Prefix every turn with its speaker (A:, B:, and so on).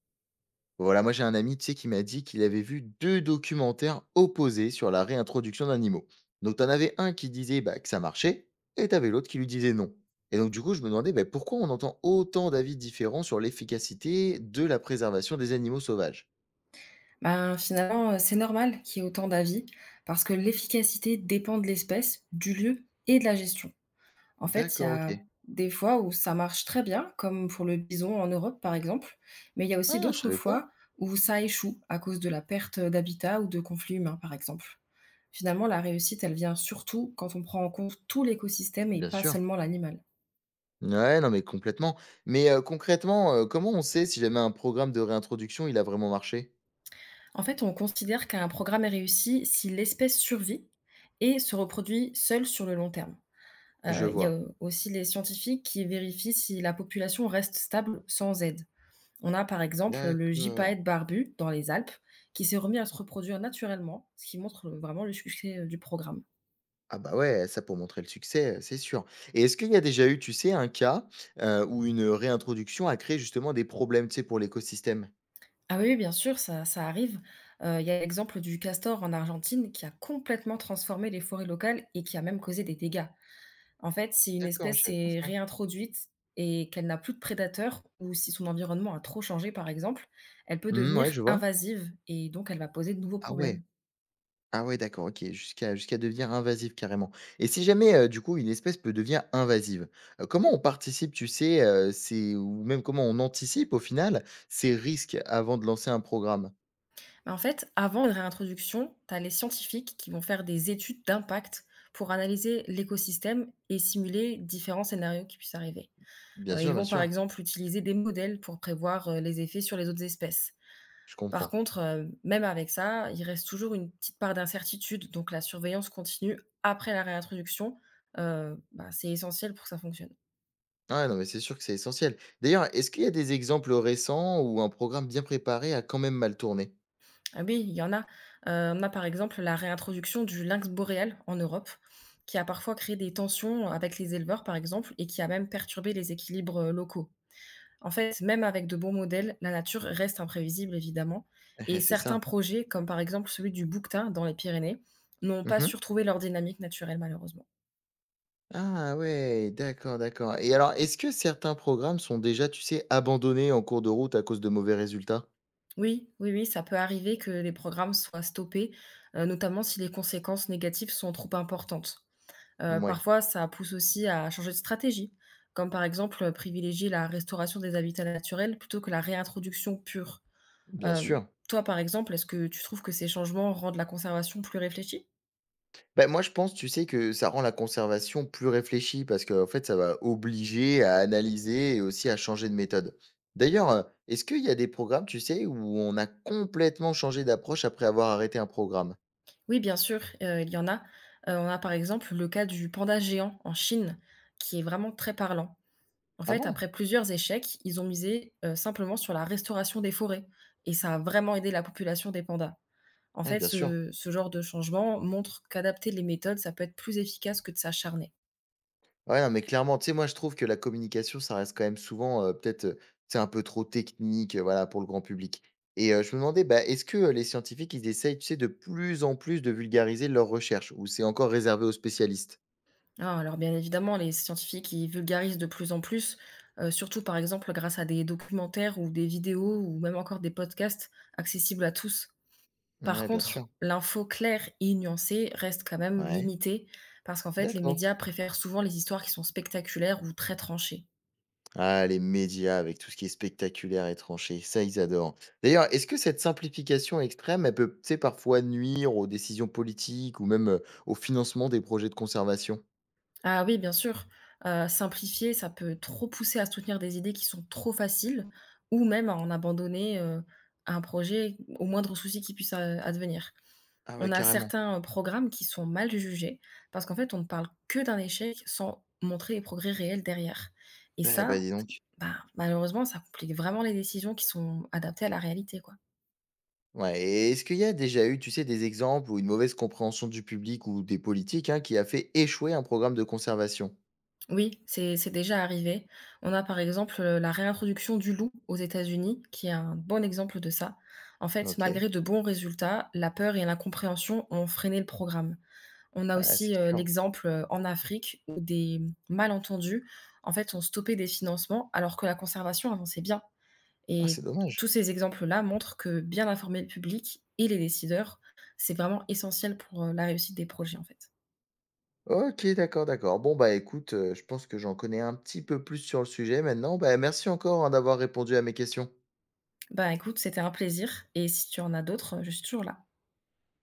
A: Voilà, moi j'ai un ami, tu sais, qui m'a dit qu'il avait vu deux documentaires opposés sur la réintroduction d'animaux. Donc t'en avais un qui disait bah, que ça marchait, et t'avais l'autre qui lui disait non. Et donc du coup, je me demandais bah, pourquoi on entend autant d'avis différents sur l'efficacité de la préservation des animaux sauvages.
B: Ben, finalement, c'est normal qu'il y ait autant d'avis parce que l'efficacité dépend de l'espèce, du lieu et de la gestion. En fait, il y
A: D'accord,
B: a
A: ok.
B: des fois où ça marche très bien, comme pour le bison en Europe par exemple, mais il y a aussi
A: Ah, je
B: d'autres
A: savais pas.
B: fois où ça échoue à cause de la perte, d'habitat ou de conflits humains par exemple. Finalement, la réussite, elle vient surtout quand on prend en compte tout l'écosystème et
A: Bien
B: pas
A: sûr.
B: seulement l'animal.
A: Ouais, non mais complètement. Mais concrètement, comment on sait si jamais un programme de réintroduction il a vraiment marché.
B: En fait, on considère qu'un programme est réussi si l'espèce survit et se reproduit seule sur le long terme.
A: Je
B: Il y a
A: vois.
B: aussi les scientifiques qui vérifient si la population reste stable sans aide. On a par exemple le
A: D'accord.
B: gypaète barbu dans les Alpes qui s'est remis à se reproduire naturellement, ce qui montre vraiment le succès, du programme.
A: Ah bah ouais, ça pour montrer le succès, c'est sûr. Et est-ce qu'il y a déjà eu, tu sais, un cas, où une, réintroduction a créé justement des problèmes, tu sais, pour l'écosystème?
B: Ah oui, oui, bien sûr, ça arrive. Il y a l'exemple du castor en Argentine qui a complètement transformé les forêts locales et qui a même causé des dégâts. En fait, si une
A: D'accord, je
B: espèce
A: savais pas
B: est
A: ça.
B: réintroduite et qu'elle n'a plus de prédateurs ou si son environnement a trop changé par exemple, elle peut
A: Mmh, ouais,
B: devenir
A: je vois.
B: invasive et donc elle va poser de nouveaux
A: Ah
B: problèmes.
A: ouais, ah ouais, d'accord, ok, jusqu'à devenir invasive carrément. Et si jamais, du coup, une espèce peut devenir invasive, comment on participe, tu sais, ces ou même comment on anticipe au final ces risques avant de lancer un programme?
B: Bah, en fait, avant une réintroduction, tu as les scientifiques qui vont faire des études d'impact pour analyser l'écosystème et simuler différents scénarios qui puissent arriver. Ils
A: Bien
B: vont par
A: sûr,
B: exemple utiliser des modèles pour prévoir les effets sur les autres espèces.
A: je
B: Par
A: comprends.
B: contre, même avec ça, il reste toujours une petite part d'incertitude, donc la surveillance continue après la réintroduction, bah, c'est essentiel pour que ça fonctionne.
A: Ah ouais, non, mais c'est sûr que c'est essentiel. D'ailleurs, est-ce qu'il y a des exemples récents où un programme bien préparé a quand même mal tourné?
B: Ah oui, il y en a. On a par exemple la réintroduction du lynx boréal en Europe, qui a parfois créé des tensions avec les éleveurs par exemple et qui a même perturbé les équilibres, locaux. En fait, même avec de bons modèles, la nature reste imprévisible évidemment et
A: Eh, c'est ça.
B: certains projets, comme par exemple celui du bouquetin dans les Pyrénées, n'ont pas
A: Mmh.
B: su retrouver leur dynamique naturelle malheureusement.
A: Ah ouais, d'accord, d'accord. Et alors, est-ce que certains programmes sont déjà, tu sais, abandonnés en cours de route à cause de mauvais résultats?
B: Oui, oui, oui, ça peut arriver que les programmes soient stoppés, notamment si les conséquences négatives sont trop importantes.
A: Oui,
B: Parfois, ça pousse aussi à changer de stratégie, comme par exemple, privilégier la restauration des habitats naturels plutôt que la réintroduction pure.
A: bien
B: Hem,
A: sûr.
B: Toi, par exemple, est-ce que tu trouves que ces changements rendent la conservation plus réfléchie?
A: Ben moi, je pense, tu sais, que ça rend la conservation plus réfléchie parce qu'en fait, ça va obliger à analyser et aussi à changer de méthode. D'ailleurs, est-ce qu'il y a des programmes, tu sais, où on a complètement changé d'approche après avoir arrêté un programme?
B: Oui, bien sûr, il y en a. On a, par exemple, le cas du panda géant en Chine, qui est vraiment très parlant. En
A: Ah
B: fait,
A: bon?
B: après plusieurs échecs, ils ont misé, simplement sur la restauration des forêts et ça a vraiment aidé la population des pandas. En
A: Ouais,
B: fait,
A: bien sûr.
B: ce genre de changement montre qu'adapter les méthodes, ça peut être plus efficace que de s'acharner.
A: Ouais, non, mais clairement, tu sais, moi, je trouve que la communication, ça reste quand même souvent, peut-être, tu un peu trop technique, voilà, pour le grand public et je me demandais, bah, est-ce que, les scientifiques, ils essayent, tu sais, de plus en plus de vulgariser leurs recherches ou c'est encore réservé aux spécialistes?
B: Ah, alors bien évidemment, les scientifiques ils vulgarisent de plus en plus, surtout par exemple grâce à des documentaires ou des vidéos ou même encore des podcasts accessibles à tous. Par
A: Ouais, bien sûr.
B: contre, l'info claire et nuancée reste quand même
A: Ouais,
B: limitée parce qu'en fait, les
A: d'accord.
B: médias préfèrent souvent les histoires qui sont spectaculaires ou très tranchées.
A: Ah, les médias avec tout ce qui est spectaculaire et tranché, ça, ils adorent. D'ailleurs, est-ce que cette simplification extrême, elle peut, tu sais, parfois nuire aux décisions politiques ou même, au financement des projets de conservation?
B: Ah oui, bien sûr. Simplifier, ça peut trop pousser à soutenir des idées qui sont trop faciles ou même à en abandonner, un projet au moindre souci qui puisse, advenir.
A: Ah ouais,
B: On a
A: carrément.
B: certains, programmes qui sont mal jugés parce qu'en fait, on ne parle que d'un échec sans montrer les progrès réels derrière et
A: Eh bah,
B: ça,
A: dis donc.
B: bah, malheureusement, ça complique vraiment les décisions qui sont adaptées à la réalité, quoi.
A: Ouais, et est-ce qu'il y a déjà eu, tu sais, des exemples ou une mauvaise compréhension du public ou des politiques hein, qui a fait échouer un programme de conservation?
B: Oui, c'est déjà arrivé. On a par exemple, la réintroduction du loup aux États-Unis qui est un bon exemple de ça. En fait,
A: Ok,
B: malgré de bons résultats, la peur et l'incompréhension ont freiné le programme. On a
A: ah, c'est
B: aussi,
A: sûr.
B: l'exemple, en Afrique où des malentendus, en fait, ont stoppé des financements alors que la conservation avançait bien
A: Ah, c'est
B: et tous
A: dommage.
B: ces exemples-là montrent que bien informer le public et les décideurs, c'est vraiment essentiel pour, la réussite des projets, en fait.
A: Ok, d'accord, d'accord. Bon, bah écoute, je pense que j'en connais un petit peu plus sur le sujet maintenant. Bah, merci encore hein, d'avoir répondu à mes questions.
B: Ben écoute, c'était un plaisir et si tu en as d'autres, je suis toujours là.